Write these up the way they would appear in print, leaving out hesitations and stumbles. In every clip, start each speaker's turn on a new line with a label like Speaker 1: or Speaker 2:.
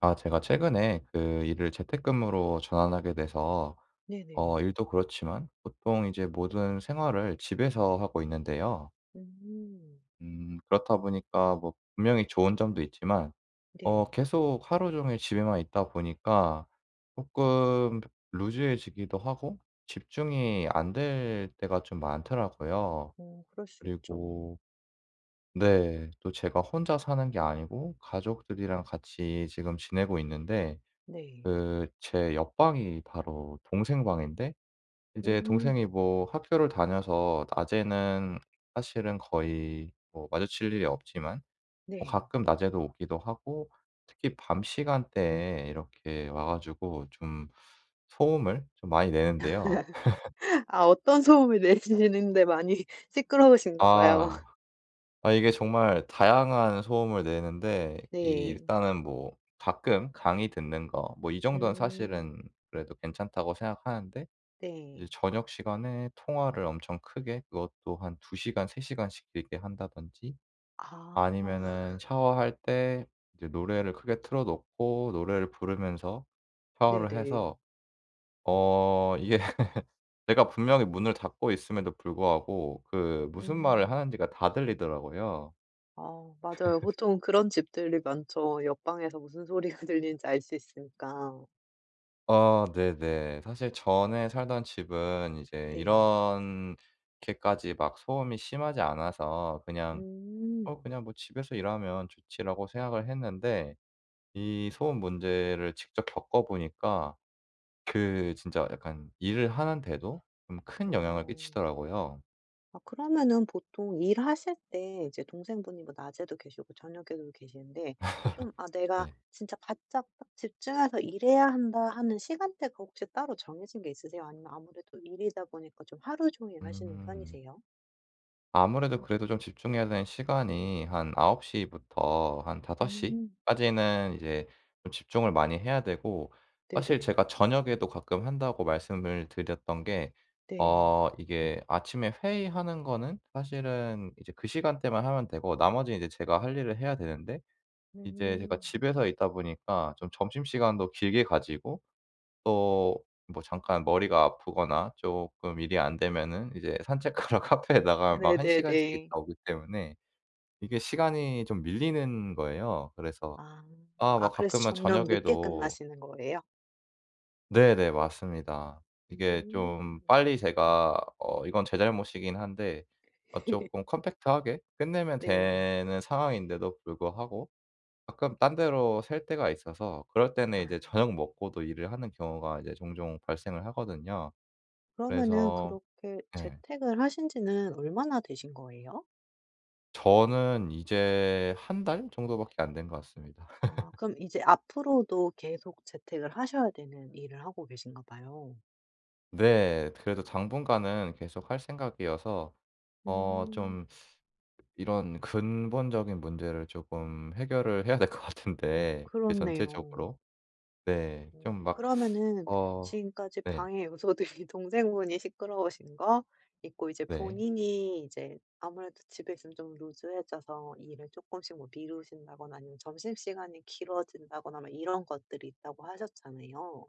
Speaker 1: 아 제가 최근에 그 일을 재택근무로 전환하게 돼서
Speaker 2: 네네.
Speaker 1: 일도 그렇지만 보통 이제 모든 생활을 집에서 하고 있는데요.
Speaker 2: 음.
Speaker 1: 그렇다 보니까 뭐 분명히 좋은 점도 있지만
Speaker 2: 네.
Speaker 1: 계속 하루 종일 집에만 있다 보니까 조금 루즈해지기도 하고 집중이 안 될 때가 좀 많더라고요.
Speaker 2: 어 그럴 수 있죠.
Speaker 1: 그리고 네. 또 제가 혼자 사는 게 아니고 가족들이랑 같이 지금 지내고 있는데,
Speaker 2: 네.
Speaker 1: 그 제 옆방이 바로 동생 방인데 이제 동생이
Speaker 2: 음.
Speaker 1: 뭐 학교를 다녀서 낮에는 사실은 거의 뭐 마주칠 일이 없지만, 뭐
Speaker 2: 네.
Speaker 1: 가끔 낮에도 오기도 하고 특히 밤 시간대에 이렇게 와 가지고 좀 소음을 좀 많이 내는데요.
Speaker 2: 아 어떤 소음을 내시는데 많이 시끄러우신가 봐요.
Speaker 1: 아. 아 이게 정말 다양한 소음을 내는데, 이
Speaker 2: 네.
Speaker 1: 일단은 뭐 가끔 강의 듣는 거, 뭐 이 정도는
Speaker 2: 음.
Speaker 1: 사실은 그래도 괜찮다고 생각하는데, 이제
Speaker 2: 네.
Speaker 1: 저녁 시간에 통화를 엄청 크게, 그것도 한 2 시간 3 시간씩 길게 한다든지,
Speaker 2: 아.
Speaker 1: 아니면은 샤워할 때 이제 노래를 크게 틀어 놓고 노래를 부르면서 샤워를
Speaker 2: 네네.
Speaker 1: 해서, 이게 내가 분명히 문을 닫고 있음에도 불구하고 그 무슨 말을
Speaker 2: 음.
Speaker 1: 하는지가 다 들리더라고요.
Speaker 2: 아 맞아요. 보통 그런 집들이 많죠. 옆방에서 무슨 소리가 들리는지 알 수 있으니까.
Speaker 1: 네네. 사실 전에 살던 집은 이제
Speaker 2: 네.
Speaker 1: 이런 게까지 막 소음이 심하지 않아서, 그냥
Speaker 2: 음.
Speaker 1: 그냥 뭐 '집에서 일하면 좋지.'라고 생각을 했는데, 이 소음 문제를 직접 겪어 보니까 그 진짜 약간 일을 하는데도 좀 큰 영향을
Speaker 2: 어.
Speaker 1: 끼치더라고요.
Speaker 2: 아 그러면은 보통 일하실 때 이제 동생분이 뭐 낮에도 계시고 저녁에도 계시는데 좀 '아 내가
Speaker 1: 네.
Speaker 2: 진짜 바짝 딱 집중해서 일해야 한다.' 하는 시간대가 혹시 따로 정해진 게 있으세요? 아니면 아무래도 일이다 보니까 좀 하루 종일 하시는
Speaker 1: 음.
Speaker 2: 편이세요?
Speaker 1: 아무래도 그래도 좀 집중해야 되는 시간이 한9시 부터 한5시
Speaker 2: 음.
Speaker 1: 까지는 이제 좀 집중을 많이 해야 되고, 사실
Speaker 2: 네네.
Speaker 1: 제가 저녁에도 가끔 한다고 말씀을 드렸던 게,
Speaker 2: 네.
Speaker 1: 이게 아침에 회의하는 거는 사실은 이제 그 시간대만 하면 되고, 나머지 이제 제가 할 일을 해야 되는데, 이제 제가
Speaker 2: 음.
Speaker 1: 집에서 있다 보니까 좀 점심시간도 길게 가지고, 또 뭐 잠깐 머리가 아프거나 조금 일이 안 되면은 이제 산책하러 카페에 나가면 막 1 시간씩 있다
Speaker 2: 네네네.
Speaker 1: 오기 때문에 이게 시간이 좀 밀리는 거예요. 그래서
Speaker 2: 아.
Speaker 1: 아
Speaker 2: 아
Speaker 1: 막
Speaker 2: 그래서
Speaker 1: 가끔은
Speaker 2: 점점 늦게
Speaker 1: 저녁에도.
Speaker 2: 끝나시는 거예요?
Speaker 1: 네네 맞습니다. 이게
Speaker 2: 음.
Speaker 1: 좀 빨리 제가, 이건 제 잘못이긴 한데 쪼끔 컴팩트하게 끝내면
Speaker 2: 네.
Speaker 1: 되는 상황인데도 불구하고 가끔 딴 데로 셀 때가 있어서, 그럴 때는
Speaker 2: 아
Speaker 1: 이제 저녁 먹고도 일을 하는 경우가 이제 종종 발생을 하거든요.
Speaker 2: 그러면은
Speaker 1: 그래서
Speaker 2: 그렇게
Speaker 1: 예.
Speaker 2: 재택을 하신 지는 얼마나 되신 거예요?
Speaker 1: 저는 이제 한 달 정도밖에 안 된 것 같습니다.
Speaker 2: 아 그럼 이제 앞으로도 계속 재택을 하셔야 되는 일을 하고 계신가 봐요.
Speaker 1: 네. 그래도 당분간은 계속 할 생각이어서
Speaker 2: 음
Speaker 1: 좀 이런 근본적인 문제를 조금 해결을 해야 될 것 같은데, 그
Speaker 2: 그렇네요.
Speaker 1: 전체적으로. 네. 좀 막.
Speaker 2: 그러면은
Speaker 1: 어
Speaker 2: 지금까지
Speaker 1: 네.
Speaker 2: 방해 요소들이 동생분이 시끄러우신 거 있고 이제
Speaker 1: 네.
Speaker 2: 본인이 이제 아무래도 집에 있으면 좀 루즈해져서 일을 조금씩 뭐 미루신다거나 아니면 점심시간이 길어진다거나 막 이런 것들이 있다고 하셨잖아요.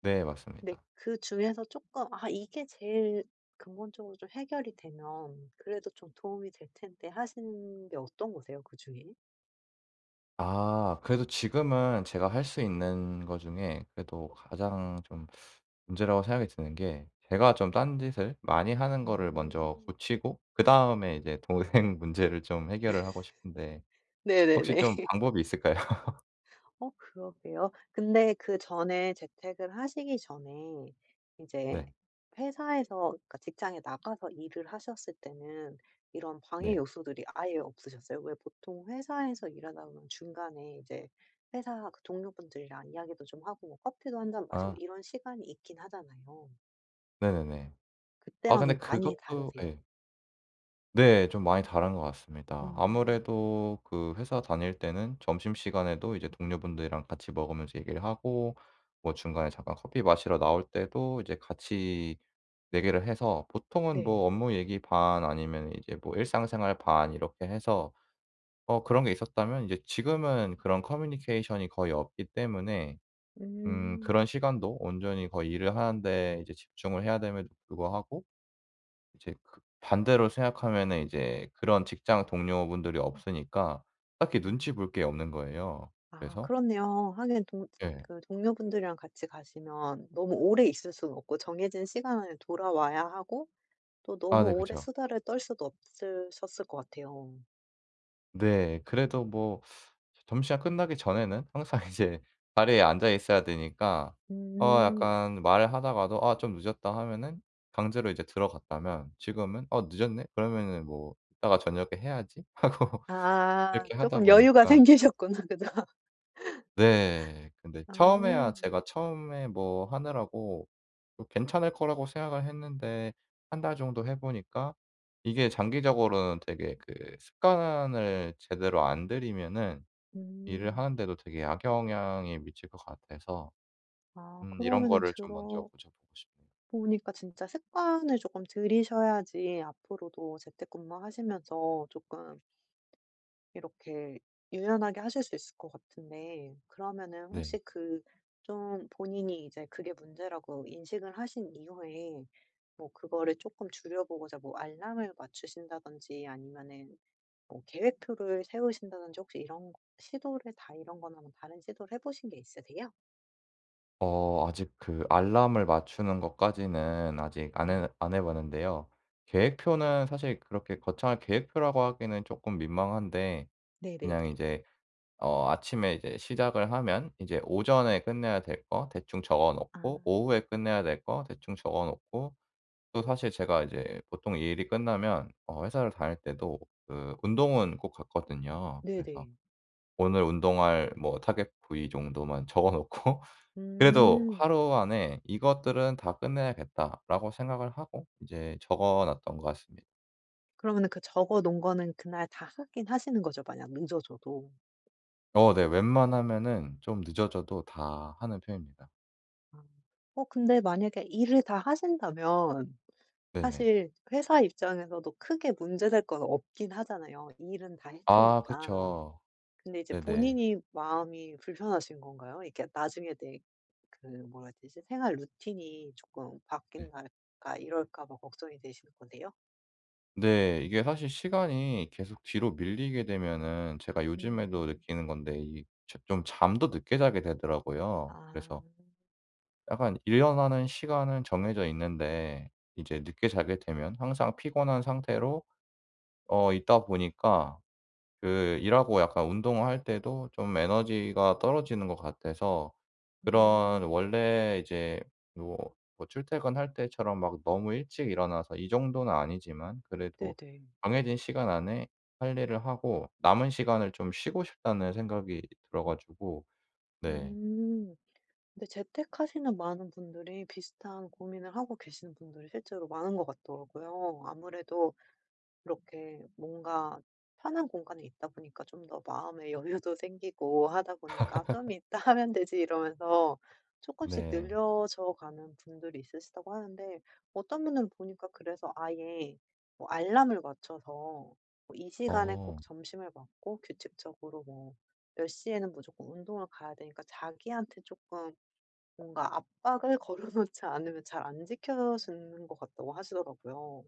Speaker 1: 네.
Speaker 2: 근데
Speaker 1: 맞습니다.
Speaker 2: 그 중에서 조금 '아 이게 제일 근본적으로 좀 해결이 되면 그래도 좀 도움이 될 텐데.' 하시는 게 어떤 거세요 그중에?
Speaker 1: 아 그래도 지금은 제가 할 수 있는 것 중에 그래도 가장 좀 문제라고 생각이 드는 게, 제가 좀 딴짓을 많이 하는 거를 먼저
Speaker 2: 음.
Speaker 1: 고치고, 그다음에 이제 동생 문제를 좀 해결을 하고 싶은데, 혹시
Speaker 2: 네네네.
Speaker 1: 좀 방법이 있을까요?
Speaker 2: 어 그러게요. 근데 그전에 재택을 하시기 전에 이제
Speaker 1: 네.
Speaker 2: 회사에서 그러니까 직장에 나가서 일을 하셨을 때는 이런 방해
Speaker 1: 네.
Speaker 2: 요소들이 아예 없으셨어요? 왜 보통 회사에서 일하다 보면 중간에 이제 회사 그 동료분들이랑 이야기도 좀 하고 뭐 커피도 한 잔 마시고
Speaker 1: 아
Speaker 2: 이런 시간이 있긴 하잖아요.
Speaker 1: 네네네. 아
Speaker 2: 그때랑
Speaker 1: 근데
Speaker 2: 좀 많이
Speaker 1: 그것도.
Speaker 2: 다르세요?
Speaker 1: 예. 네. 좀 많이 다른 것 같습니다.
Speaker 2: 음.
Speaker 1: 아무래도 그 회사 다닐 때는 점심시간에도 이제 동료분들이랑 같이 먹으면서 얘기를 하고, 뭐 중간에 잠깐 커피 마시러 나올 때도 이제 같이 얘기를 해서, 보통은 뭐
Speaker 2: 네.
Speaker 1: 업무 얘기 반 아니면 이제 뭐 일상생활 반, 이렇게 해서 그런 게 있었다면, 이제 지금은 그런 커뮤니케이션이 거의 없기 때문에
Speaker 2: 음.
Speaker 1: 그런 시간도 온전히 거의 일을 하는데 이제 집중을 해야 됨에도 불구하고, 이제 그 반대로 생각하면은 이제 그런 직장 동료분들이 없으니까 딱히
Speaker 2: 아.
Speaker 1: 눈치 볼 게 없는 거예요.
Speaker 2: 아
Speaker 1: 그래서.
Speaker 2: 그렇네요. 하긴 동
Speaker 1: 예.
Speaker 2: 그 동료분들이랑 같이 가시면 너무 오래 있을 수는 없고 정해진 시간 안에 돌아와야 하고 또
Speaker 1: 아
Speaker 2: 너무
Speaker 1: 네
Speaker 2: 오래
Speaker 1: 그쵸.
Speaker 2: 수다를 떨 수도 없으셨을 것 같아요.
Speaker 1: 네. 그래도 뭐 점심시간 끝나기 전에는 항상 이제 자리에 앉아 있어야 되니까
Speaker 2: 음.
Speaker 1: 약간 말을 하다가도 '아 좀 늦었다.' 하면은 강제로 이제 들어갔다면, 지금은 '어 늦었네? 그러면은 뭐 이따가 저녁에 해야지.' 하고
Speaker 2: 아
Speaker 1: 이렇게 하다
Speaker 2: 조금 여유가
Speaker 1: 보니까.
Speaker 2: 생기셨구나. 그죠?
Speaker 1: 네. 근데 처음에야
Speaker 2: 아.
Speaker 1: 제가 처음에 뭐 하느라고 뭐 괜찮을 거라고 생각을 했는데, 한 달 정도 해 보니까 이게 장기적으로는 되게 그 습관을 제대로 안 들이면은 일을
Speaker 2: 음.
Speaker 1: 하는데도 되게 악영향이 미칠 것 같아서
Speaker 2: 아
Speaker 1: 이런
Speaker 2: 그러면은
Speaker 1: 거를 좀 먼저
Speaker 2: 들어보니까
Speaker 1: 고쳐 보고 싶네요.
Speaker 2: 진짜 습관을 조금 들이셔야지 앞으로도 재택근무하시면서 조금... 이렇게 유연하게 하실 수 있을 것 같은데 그러면은
Speaker 1: 네.
Speaker 2: 혹시 그 좀 본인이 이제 그게 문제라고 인식을 하신 이후에 뭐 그거를 조금 줄여보고자 뭐 알람을 맞추신다든지 아니면은 뭐 계획표를 세우신다든지 혹시 이런 거 시도를 다 이런 거나 뭐 다른 시도를 해 보신 게 있으세요?
Speaker 1: 아직 그 알람을 맞추는 것까지는 아직 안
Speaker 2: 네.
Speaker 1: 해 안 해 봤는데요. 계획표는 사실 그렇게 거창한 계획표라고 하기는 쪼끔 민망한데,
Speaker 2: 네네네.
Speaker 1: 그냥 이제 아침에 이제 시작을 하면 이제 오전에 끝내야 될 거 대충 적어
Speaker 2: 아
Speaker 1: 놓고, 오후에 끝내야 될 거 대충 적어 놓고, 또 사실 제가 이제 보통 이 일이 끝나면, 회사를 다닐 때도 그 운동은 꼭 갔거든요. 그래서
Speaker 2: 네네.
Speaker 1: 오늘 운동할 뭐 타겟 부위 정도만 적어 놓고 그래도
Speaker 2: 음.
Speaker 1: '하루 안에 이것들은 다 끝내야겠다.'라고 생각을 하고 이제 적어 놨던 것 같습니다.
Speaker 2: 그러면은 그 적어 놓은 거는 그날 다 하긴 하시는 거죠, 만약 늦어져도?
Speaker 1: 네. 웬만하면은 좀 늦어져도 다 하는 편입니다.
Speaker 2: 아. 어 근데 만약에 일을 다 하신다면
Speaker 1: 네네.
Speaker 2: 사실 회사 입장에서도 크게 문제될 건 없긴 하잖아요, 일은 다
Speaker 1: 아
Speaker 2: 했으니까.
Speaker 1: 그쵸.
Speaker 2: 근데 이제
Speaker 1: 네네.
Speaker 2: 본인이 마음이 불편하신 건가요? 이게 나중에 내 그 뭐라 해야 되지? 생활 루틴이 조금
Speaker 1: 네.
Speaker 2: 바뀐달까 이럴까 봐 걱정이 되시는 건데요.
Speaker 1: 근데 이게 사실 시간이 계속 뒤로 밀리게 되면은, 제가 요즘에도
Speaker 2: 음.
Speaker 1: 느끼는 건데, 이 자 좀 잠도 늦게 자게
Speaker 2: 아.
Speaker 1: 되더라고요. 그래서 약간 일어나는 시간은 정해져 있는데 이제 늦게 자게 되면 항상 피곤한 상태로 있다 보니까 그 일하고 약간 운동할 때도 좀 에너지가 떨어지는 것 같아서, 그런
Speaker 2: 음.
Speaker 1: 원래 이제 뭐, 뭐 출퇴근할 때처럼 막 너무 일찍 일어나서 이 정도는 아니지만 그래도
Speaker 2: 네네.
Speaker 1: 정해진 시간 안에 할 일을 하고 남은 시간을 좀 쉬고 싶다는 생각이 들어 가지고. 네.
Speaker 2: 음. 근데 재택하시는 많은 분들이 비슷한 고민을 하고 계시는 분들이 실제로 많은 것 같더라고요. 아무래도 이렇게 뭔가 편한 공간에 있다 보니까 좀 더 마음의 여유도 생기고 하다 보니까 '좀 이따 하면 되지.' 이러면서 조금씩
Speaker 1: 네.
Speaker 2: 늘려져 가는 분들이 있으시다고 하는데 어떤 분들은 보니까 그래서 아예 뭐 알람을 맞춰서 뭐이 시간에 꼭
Speaker 1: 어.
Speaker 2: 점심을 먹고 규칙적으로 뭐 몇 시에는 무조건 운동을 가야 되니까 자기한테 조금 뭔가 압박을 걸어 놓지 않으면 잘 안 지켜지는 것 같다고 하시더라고요.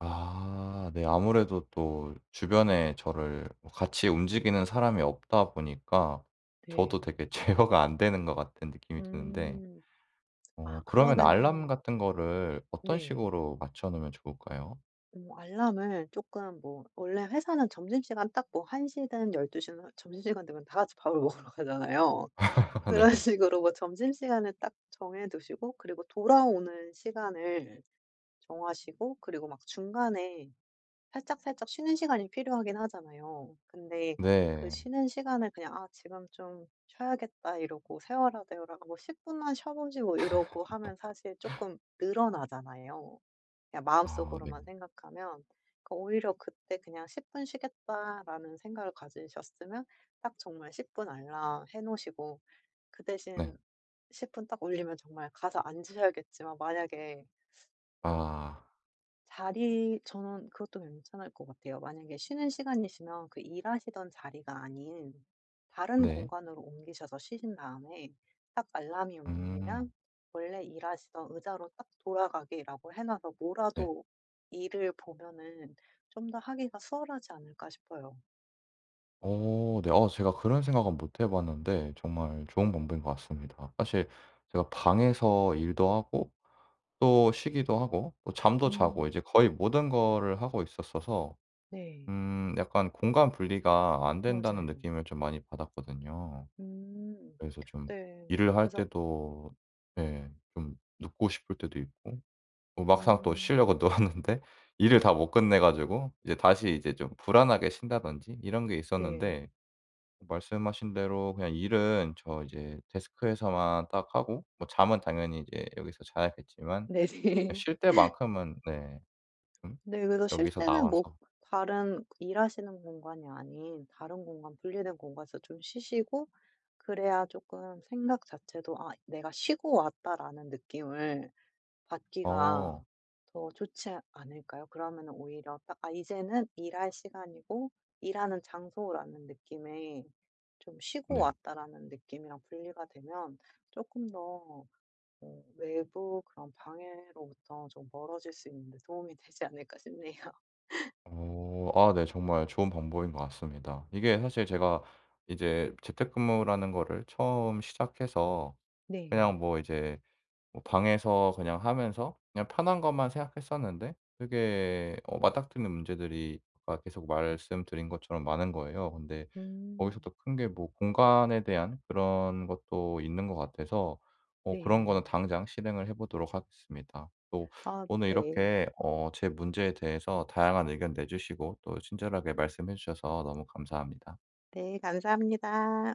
Speaker 1: 아 네. 아무래도 또 주변에 저를 뭐 같이 움직이는 사람이 없다 보니까 저도
Speaker 2: 네.
Speaker 1: 되게 제어가 안 되는 것 같은 느낌이 드는데,
Speaker 2: 음. 아
Speaker 1: 그러면 알람
Speaker 2: 그러면은
Speaker 1: 같은 거를 어떤
Speaker 2: 네.
Speaker 1: 식으로 맞춰 놓으면 좋을까요?
Speaker 2: 알람을 조금 뭐 원래 회사는 점심시간 딱 뭐 1 시든 12 시든 점심시간 되면 다 같이 밥을 먹으러 가잖아요. 그런
Speaker 1: 네.
Speaker 2: 식으로 뭐 점심시간을 딱 정해 두시고 그리고 돌아오는 시간을 정하시고 그리고 막 중간에 살짝살짝 쉬는 시간이 필요하긴 하잖아요. 근데 그
Speaker 1: 네.
Speaker 2: 쉬는 시간을 그냥 '아 지금 좀 쉬어야겠다.' 이러고 세활하되라뭐10 분만 쉬어 보지 뭐 이러고 하면 사실 조금 늘어나잖아요. 그냥
Speaker 1: 아 네.
Speaker 2: 마음속으로만 생각하면. 그러니까 오히려 그때 그냥 '10 분 쉬겠다.'라는 생각을 가지셨으면 딱 정말 10분 알람 해 놓으시고 그
Speaker 1: 네.
Speaker 2: 대신 10분 딱 울리면 정말 가서 앉으셔야겠지만 만약에 어
Speaker 1: 아
Speaker 2: 자리 저는 그것도 괜찮을 것 같아요. 만약에 쉬는 시간이시면 그 일하시던 자리가 아닌 다른
Speaker 1: 네.
Speaker 2: 공간으로 옮기셔서 쉬신 다음에 딱 알람이
Speaker 1: 음
Speaker 2: 울리면 원래 일하시던 의자로 딱 돌아가기라고 해 놔서
Speaker 1: 네.
Speaker 2: 뭐라도 일을 보면은 좀 더 하기가 수월하지 않을까 싶어요.
Speaker 1: 오 네. 제가 그런 생각은 못 해 봤는데 정말 좋은 방법인 것 같습니다. 사실 제가 방에서 일도 하고 또 쉬기도 하고 또 잠도 자고 이제
Speaker 2: 음.
Speaker 1: 거의 모든 거를 하고 있었어서
Speaker 2: 네.
Speaker 1: 약간 공간 분리가 안 된다는
Speaker 2: 맞아요.
Speaker 1: 느낌을 좀 많이 받았거든요.
Speaker 2: 음.
Speaker 1: 그래서 좀
Speaker 2: 네.
Speaker 1: 일을 할
Speaker 2: 그래서
Speaker 1: 때도, 예 좀 눕고 싶을 때도 있고, 뭐 막상 또
Speaker 2: 음.
Speaker 1: 쉬려고 누웠는데 일을 다 못 끝내 가지고 이제 다시 이제 좀 불안하게 쉰다든지 이런 게
Speaker 2: 네.
Speaker 1: 있었는데, 말씀하신 대로 그냥 일은 저 이제 데스크에서만 딱 하고, 뭐 잠은 당연히 이제 여기서 자야겠지만
Speaker 2: 네네.
Speaker 1: 쉴 때만큼은, 네. 음
Speaker 2: 네. 그래서 쉴
Speaker 1: 여기서
Speaker 2: 때는 뭐
Speaker 1: 나와서.
Speaker 2: 다른 일하시는 공간이 아닌 다른 공간, 분리된 공간에서 좀 쉬시고 그래야 조금 생각 자체도 '아 내가 쉬고 왔다.'라는 느낌을 받기가
Speaker 1: 어
Speaker 2: 더 좋지 않을까요? 그러면 오히려 딱 '아 이제는 일할 시간이고 일하는 장소'라는 느낌에 좀 '쉬고
Speaker 1: 네.
Speaker 2: 왔다.'라는 느낌이랑 분리가 되면 조금 더 어 외부 그런 방해로부터 좀 멀어질 수 있는 데 도움이 되지 않을까 싶네요.
Speaker 1: 아 네 정말 좋은 방법인 것 같습니다. 이게 사실 제가 이제 재택근무라는 거를 처음 시작해서,
Speaker 2: 네.
Speaker 1: 그냥 뭐 이제 뭐 방에서 그냥 하면서 그냥 편한 것만 생각했었는데 되게 맞닥뜨리는 문제들이 아까 계속 말씀드린 것처럼 많은 거예요. 근데 거기서
Speaker 2: 음.
Speaker 1: 더 큰 게 뭐 공간에 대한 그런 것도 있는 것 같아서, 그런 거는
Speaker 2: 네.
Speaker 1: 당장 실행을 해 보도록 하겠습니다. 또
Speaker 2: 어
Speaker 1: 오늘
Speaker 2: 네.
Speaker 1: 이렇게 제 문제에 대해서 다양한 의견 내주시고 또 친절하게 말씀해 주셔서 너무 감사합니다.
Speaker 2: 네 감사합니다.